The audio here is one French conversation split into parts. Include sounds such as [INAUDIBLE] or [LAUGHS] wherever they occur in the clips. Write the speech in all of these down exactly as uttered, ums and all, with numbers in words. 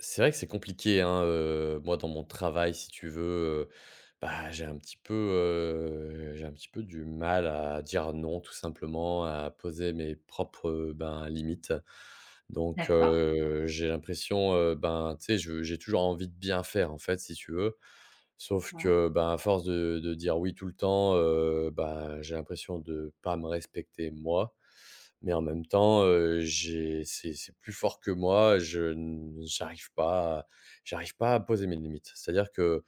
C'est vrai que c'est compliqué, hein, heu, moi dans mon travail si tu veux, heu, bah, j'ai un petit peu, heu, j'ai un petit peu du mal à dire non tout simplement, à poser mes propres, ben, limites. Donc D'accord, heu, j'ai l'impression, heu, ben, tu sais, je j'ai toujours envie de bien faire en fait si tu veux. Sauf ouais, que, ben, à force de de dire oui tout le temps, heu, bah, j'ai l'impression de pas me respecter moi. Mais en même temps, heu, j'ai c'est c'est plus fort que moi, je n j'arrive pas à j'arrive pas à poser mes limites. C'est-à-dire que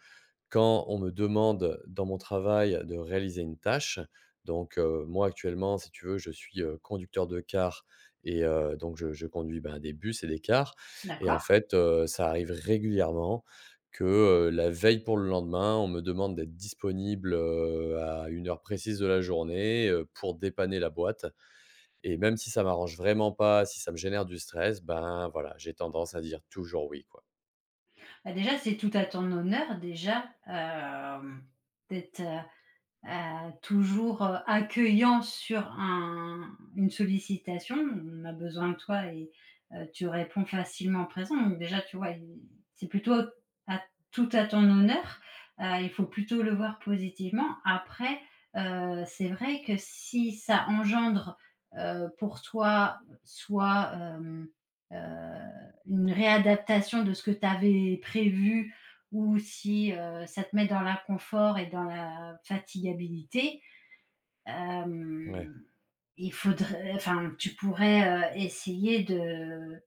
quand on me demande dans mon travail de réaliser une tâche, donc heu, moi actuellement, si tu veux, je suis, heu, conducteur de car et heu, donc je je conduis, ben, des bus et des cars et en d'accord. fait, heu, ça arrive régulièrement que, heu, la veille pour le lendemain, on me demande d'être disponible, heu, à une heure précise de la journée, heu, pour dépanner la boîte et même si ça m'arrange vraiment pas, si ça me génère du stress, ben, voilà, j'ai tendance à dire toujours oui, quoi. Bah, déjà, c'est tout à ton honneur déjà, hem, d'être, Heu, toujours, heu, accueillant sur un une sollicitation. On a besoin de toi et heu, tu réponds facilement présent. Donc déjà, tu vois, il c'est plutôt à tout à ton honneur. Heu, il faut plutôt le voir positivement. Après, heu, c'est vrai que si ça engendre, heu, pour toi, soit, hem, heu, une réadaptation de ce que tu avais prévu ou si, heu, ça te met dans l'inconfort et dans la fatigabilité, Ouais, hem, il faudrait enfin, tu pourrais, heu, essayer de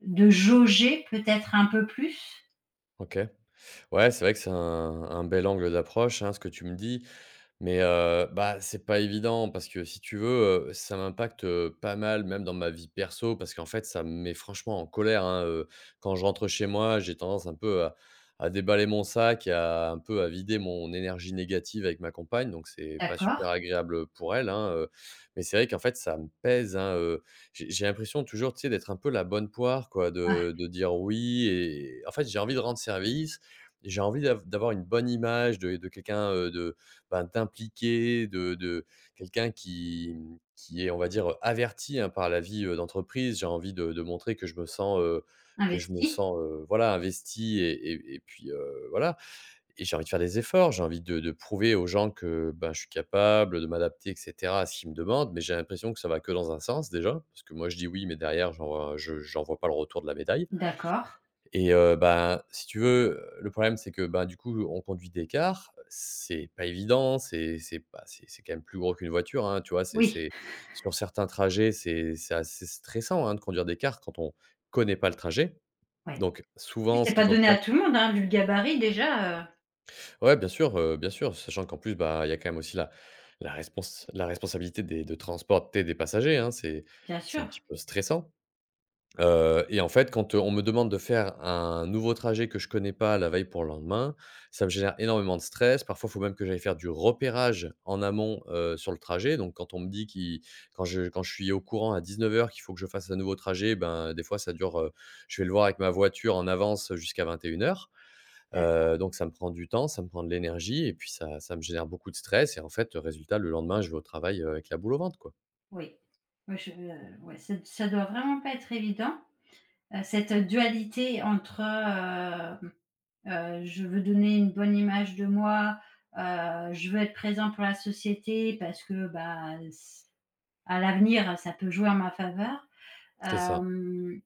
de jauger peut-être un peu plus, OK. Ouais, c'est vrai que c'est un un bel angle d'approche, hein, ce que tu me dis. Mais heu, bah, c'est pas évident parce que si tu veux, heu, ça m'impacte, heu, pas mal même dans ma vie perso parce qu'en fait ça me met franchement en colère, hein, heu, quand je rentre chez moi, j'ai tendance un peu à à déballer mon sac et à un peu à vider mon énergie négative avec ma compagne donc c'est pas d'accord. super agréable, pour elle, hein, heu, mais c'est vrai qu'en fait ça me pèse, hein, heu, j'ai j'ai l'impression toujours, tu sais, d'être un peu la bonne poire quoi, Ah, de de dire oui et en fait j'ai envie de rendre service, j'ai envie d'av d'avoir une bonne image de de quelqu'un, heu, de ben, d'impliquer, de de quelqu'un qui, mmh, qui est, on va dire, averti, hein, par la vie, heu, d'entreprise. J'ai envie de de montrer que je me sens, heu, que je me investi, sens, heu, voilà, investi et et et puis, heu, voilà et j'ai envie de faire des efforts. J'ai envie de de prouver aux gens que, ben, je suis capable de m'adapter et cetera à ce qu'ils me demandent. Mais j'ai l'impression que ça va que dans un sens déjà, parce que moi je dis oui, mais derrière j'en vois je j'en vois pas le retour de la médaille. d'accord. Et heu, bah, si tu veux, le problème, c'est que, bah, du coup, on conduit des cars, c'est pas évident, c'est c'est pas c'est c'est quand même plus gros qu'une voiture, hein, tu vois? C'est Oui, c'est sur certains trajets, c'est c'est assez stressant, hein, de conduire des cars quand on connaît pas le trajet. ouais. Donc Oui, souvent, c'est ce qu'il pas faut donné à faire. tout le monde, hein, vu le gabarit déjà, heu, Ouais, bien sûr, heu, bien sûr, sachant qu'en plus, bah, il y a quand même aussi la la respons la responsabilité des de transporter des passagers, hein, c'est bien c'est un sûr. petit peu stressant. Heu et en fait, quand, heu, on me demande de faire un nouveau trajet que je connais pas la veille pour le lendemain, ça me génère énormément de stress. Parfois, il faut même que j'aille faire du repérage en amont, heu, sur le trajet. Donc quand on me dit qui quand je quand je suis au courant à dix-neuf heures qu'il faut que je fasse un nouveau trajet, ben, des fois ça dure, heu, je vais le voir avec ma voiture en avance jusqu'à vingt et une heures. D'accord. Heu, donc ça me prend du temps, ça me prend de l'énergie et puis ça ça me génère beaucoup de stress et en fait, résultat, le lendemain, je vais au travail, heu, avec la boule au ventre, quoi. Oui. Oui, je euh, ouais, ça ça doit vraiment pas être évident, heu, cette dualité entre, heu Heu, je veux donner une bonne image de moi, heu, je veux être présent pour la société parce que, bah, s à l'avenir, ça peut jouer en ma faveur. C'est ça, Hem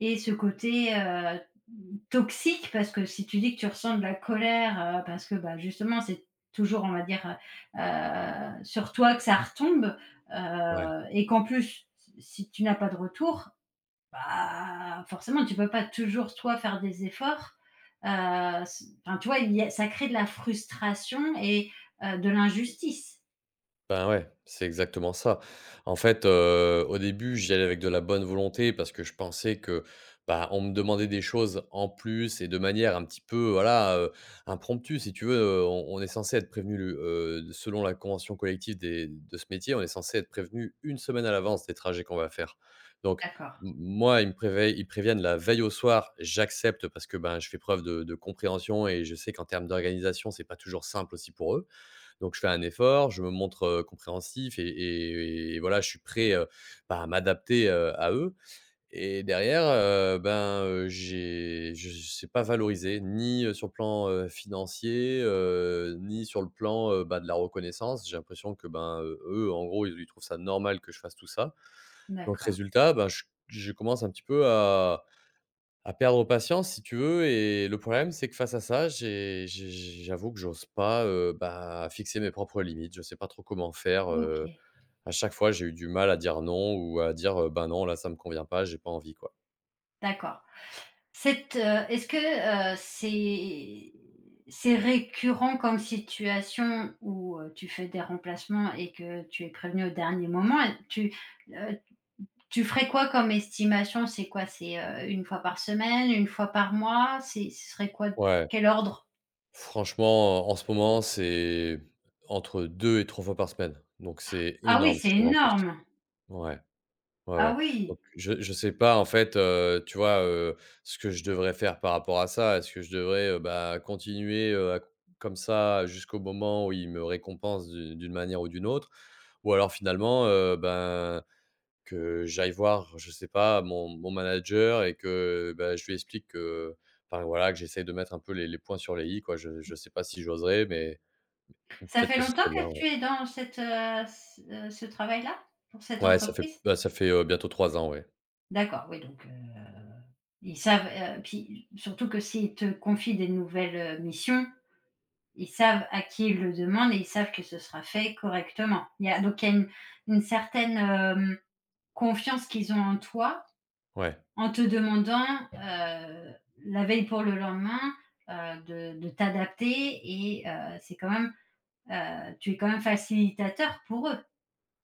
Et ce côté, heu, toxique parce que si tu dis que tu ressens de la colère, heu, parce que, bah, justement, c'est toujours, on va dire, heu sur toi que ça retombe, ouais. heu et qu'en plus, si si tu n'as pas de retour, bah, forcément, tu peux pas toujours, toi, faire des efforts. Heu, c enfin, tu vois, il y a ça crée de la frustration et heu, de l'injustice. Ben, ouais, c'est exactement ça. En fait, heu, au début, j'y allais avec de la bonne volonté parce que je pensais que, bah, on me demandait des choses en plus et de manière un petit peu, voilà, heu, impromptue, si tu veux. Heu, on on est censé être prévenu le heu, selon la convention collective des de ce métier, on est censé être prévenu une semaine à l'avance des trajets qu'on va faire. Donc D'accord, m moi, ils me préveillent ils préviennent la veille au soir, j'accepte parce que, ben, je fais preuve de de compréhension et je sais qu'en termes d'organisation, c'est pas toujours simple aussi pour eux. Donc je fais un effort, je me montre, heu, compréhensif et et et voilà, je suis prêt, heu, bah, à m'adapter, heu, à eux et derrière, heu, ben, heu, j'ai je ne c'est pas valorisé ni, heu, sur le plan, heu, financier, heu, ni sur le plan, heu, bah, de la reconnaissance. J'ai l'impression que, ben, heu, eux, en gros, ils ils trouvent ça normal que je fasse tout ça. Donc d'accord. résultat, ben, je je commence un petit peu à à perdre patience si tu veux et le problème, c'est que face à ça, j'ai j'ai j'ai j'avoue que j'ose pas, heu, bah, fixer mes propres limites. Je sais pas trop comment faire, heu, OK, à chaque fois, j'ai eu du mal à dire non ou à dire, heu: «Ben, non, là, ça me convient pas, j'ai pas envie, quoi». d'accord. Cette, heu, est-ce que, heu, c'est c'est récurrent comme situation où, heu, tu fais des remplacements et que tu es prévenu au dernier moment? Et tu, heu, tu ferais quoi comme estimation? C'est quoi? C'est, heu, une fois par semaine, une fois par mois? C'est ce serait quoi? Ouais, Quel ordre? franchement, en ce moment, c'est entre deux et trois fois par semaine, donc c'est Ah oui, énorme, c'est je trouve, en plus. énorme. Ouais. Ouais, Ah ouais. oui. Donc je je sais pas en fait, heu, tu vois, heu, ce que je devrais faire par rapport à ça. Est-ce que je devrais, heu, bah, continuer, heu, à comme ça jusqu'au moment où il me récompense d'u d'une manière ou d'une autre? Ou alors finalement, heu, ben, que j'aille voir, je sais pas, mon mon manager et que, bah, je lui explique que, enfin voilà, que j'essaye de mettre un peu les les points sur les i quoi. Je je sais pas si j'oserais, mais Ça peut-être fait que ce longtemps serait que bien, tu ouais. es dans cette, heu, ce, heu, ce travail-là? Pour cette Ouais, ça fait entreprise? bah, ça fait, heu, bientôt trois ans, ouais. D'accord, oui donc, heu, ils savent, heu, puis surtout que s'ils te confient des nouvelles, heu, missions, ils savent à qui ils le demandent et ils savent que ce sera fait correctement. Il y a donc il y a une une certaine, hem, confiance qu'ils ont en toi, Ouais, en te demandant, heu, la veille pour le lendemain, heu, de de t'adapter et heu, c'est quand même Heu, tu es quand même facilitateur pour eux.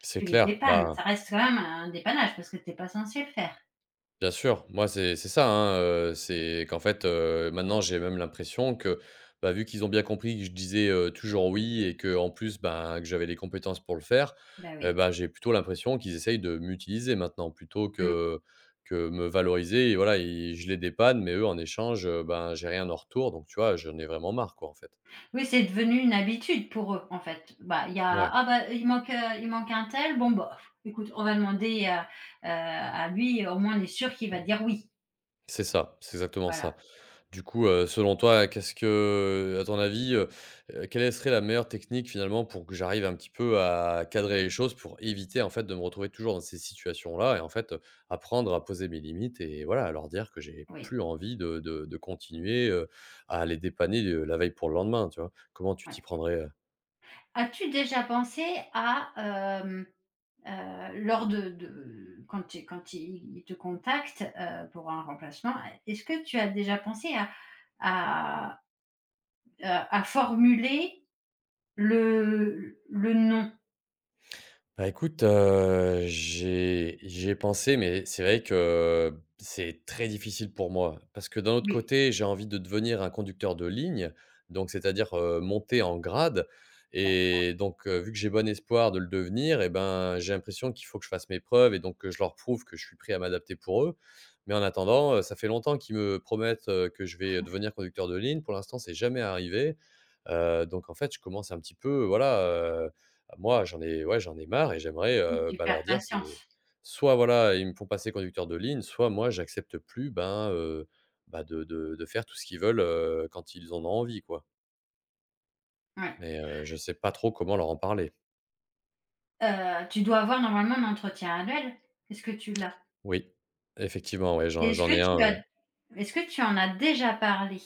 c'est Tu les clair, dépannes, bah. ça reste quand même un dépannage parce que tu es pas censé le faire. Bien sûr, moi c'est c'est ça, hein, heu, c'est qu'en fait, heu, maintenant j'ai même l'impression que, bah, vu qu'ils ont bien compris que je disais, heu, toujours «oui» et que en plus, ben, que j'avais les compétences pour le faire, Bah heu, oui. bah, j'ai plutôt l'impression qu'ils essayent de m'utiliser maintenant plutôt Mmh. que que me valoriser et voilà ils je les dépanne mais eux en échange, heu, ben, j'ai rien en retour donc tu vois, j'en ai vraiment marre quoi, en fait. Oui, c'est devenu une habitude pour eux, en fait. Bah, il y a: Ouais, «Ah bah, il manque, heu, il manque un tel, bon bah, écoute, on va demander à, heu, à lui, au moins on est sûr qu'il va dire oui». c'est ça, c'est exactement ça. Voilà, Du coup, heu, selon toi, qu'est-ce que, à ton avis, heu heu, quelle serait la meilleure technique finalement pour que j'arrive un petit peu à cadrer les choses pour éviter en fait de me retrouver toujours dans ces situations-là et en fait, heu, apprendre à poser mes limites et voilà, à leur dire que j'ai oui, plus envie de de de continuer, heu, à les dépanner, heu, la veille pour le lendemain, tu vois? Comment tu ouais. t'y prendrais? As-tu déjà pensé à, hem, heu, lors de de quand ils quand ils te contactent, heu, pour un remplacement, est-ce que tu as déjà pensé à heu, à formuler le le non. Bah, écoute, heu, j'ai j'y ai pensé, mais c'est vrai que c'est très difficile pour moi. Parce que d'un autre Oui, côté, j'ai envie de devenir un conducteur de ligne, donc c'est-à-dire, heu, monter en grade bah, et donc heu, vu que j'ai bon espoir de le devenir et ben, j'ai l'impression qu'il faut que je fasse mes preuves et donc que je leur prouve que je suis prêt à m'adapter pour eux. Mais en attendant, heu, ça fait longtemps qu'ils me promettent, heu, que je vais devenir conducteur de ligne. Pour l'instant, c'est jamais arrivé, heu, donc en fait, je commence un petit peu, voilà, ah, moi, j'en ai ouais, j'en ai marre et j'aimerais, oui, heu, tu bah, perds leur dire, patience. c'est soit voilà, ils me font passer conducteur de ligne, soit moi j'accepte plus, ben, heu, bah, de de de faire tout ce qu'ils veulent, heu, quand ils en ont envie, quoi. Ouais. Mais, heu, je sais pas trop comment leur en parler. Heu, tu dois avoir normalement un entretien annuel. Est-ce que tu l'as? Oui, effectivement, ouais, j'en Est-ce j'en que ai un, tu as ouais. est-ce que tu en as déjà parlé?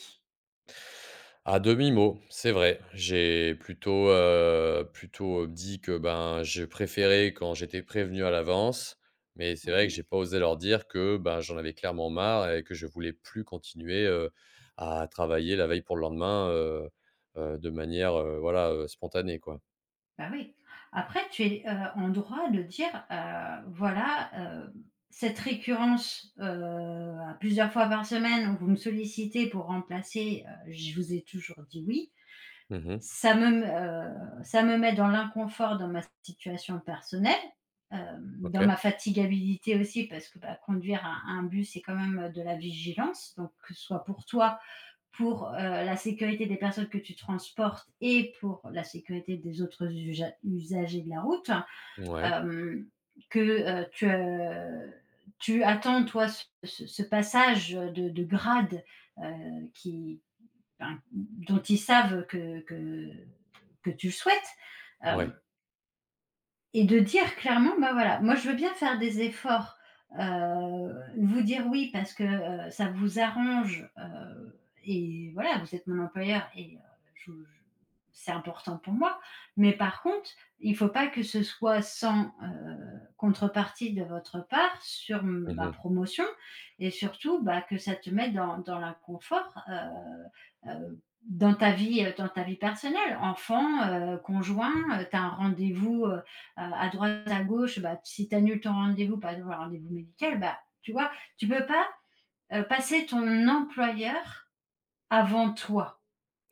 À demi-mot, c'est vrai. J'ai plutôt, heu, plutôt, dit que, ben, je préférais quand j'étais prévenu à l'avance, mais c'est vrai que Oui, j'ai pas osé leur dire que, ben, j'en avais clairement marre et que je voulais plus continuer, heu, à travailler la veille pour le lendemain, heu heu, de manière, heu, voilà, heu, spontanée, quoi. bah, oui. Après tu es, heu, en droit de dire, heu, voilà, heu, cette récurrence, heu, à plusieurs fois par semaine où vous me sollicitez pour remplacer, heu, je vous ai toujours dit oui. Mmh. Ça me heu, ça me met dans l'inconfort dans ma situation personnelle, hem, dans ma OK. fatigabilité aussi parce que, bah, conduire un un bus, c'est quand même, de la vigilance donc que ce soit pour toi, pour, heu, la sécurité des personnes que tu transportes et pour la sécurité des autres usa usagers de la route, Ouais. hem, que, heu, tu, heu, tu attends toi ce ce ce passage, de de grade, heu, qui enfin, dont ils savent que, que, que tu le souhaites. Euh, Ouais. et de dire clairement, bah, voilà, moi je veux bien faire des efforts, heu, vous dire oui parce que, heu, ça vous arrange, heu et voilà, vous êtes mon employeur et heu, je je c'est important pour moi. Mais par contre, il ne faut pas que ce soit sans, heu, contrepartie de votre part sur ma Mmh. promotion et surtout, bah, que ça te mette dans dans l'inconfort, heu heu, dans ta vie, heu, dans ta vie personnelle. Enfant, heu, conjoint, heu, tu as un rendez-vous, euh, euh, à droite, à gauche, bah, si tu annules ton rendez-vous, par exemple, un rendez-vous médical, bah, tu vois, tu peux pas euh, passer ton employeur avant toi.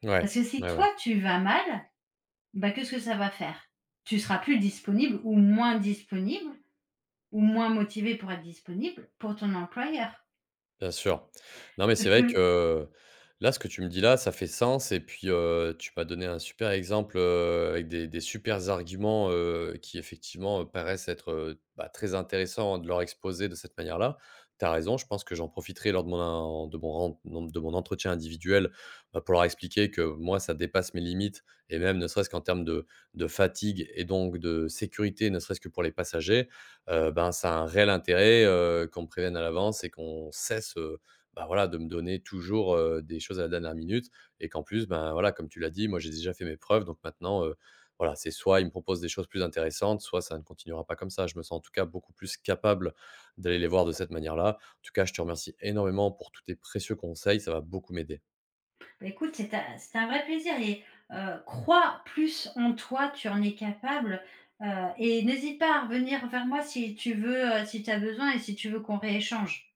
Ouais. Parce que si Ouais, toi, ouais. tu vas mal, bah, qu'est-ce que ça va faire Tu seras plus disponible ou moins disponible ou moins motivé pour être disponible pour ton employeur. [LAUGHS] Bien sûr. Non, mais Parce c'est vrai que- que là, ce que tu me dis là, ça fait sens et puis, heu, tu m'as donné un super exemple, heu, avec des des supers arguments, heu, qui effectivement, heu, paraissent être, heu, bah, très intéressants de leur exposer de cette manière-là. Tu as raison, je pense que j'en profiterai lors de mon de mon ren de mon entretien individuel, bah, pour leur expliquer que moi, ça dépasse mes limites et même ne serait-ce qu'en termes de de fatigue et donc de sécurité, ne serait-ce que pour les passagers heu, ben, ça a un réel intérêt, heu, qu'on me prévienne à l'avance et qu'on cesse, heu, bah, voilà, de me donner toujours, heu, des choses à la dernière minute et qu'en plus, ben, voilà, comme tu l'as dit, moi, j'ai déjà fait mes preuves donc maintenant, heu, voilà, c'est soit ils me proposent des choses plus intéressantes, soit ça ne continuera pas comme ça. Je me sens en tout cas beaucoup plus capable d'aller les voir de cette manière-là. En tout cas, je te remercie énormément pour tous tes précieux conseils, ça va beaucoup m'aider. Bah, écoute, c'est un, c'est un vrai plaisir. Et euh, crois plus en toi, tu en es capable. Euh, et n'hésite pas à revenir vers moi si tu veux, euh, si tu as besoin et si tu veux qu'on rééchange.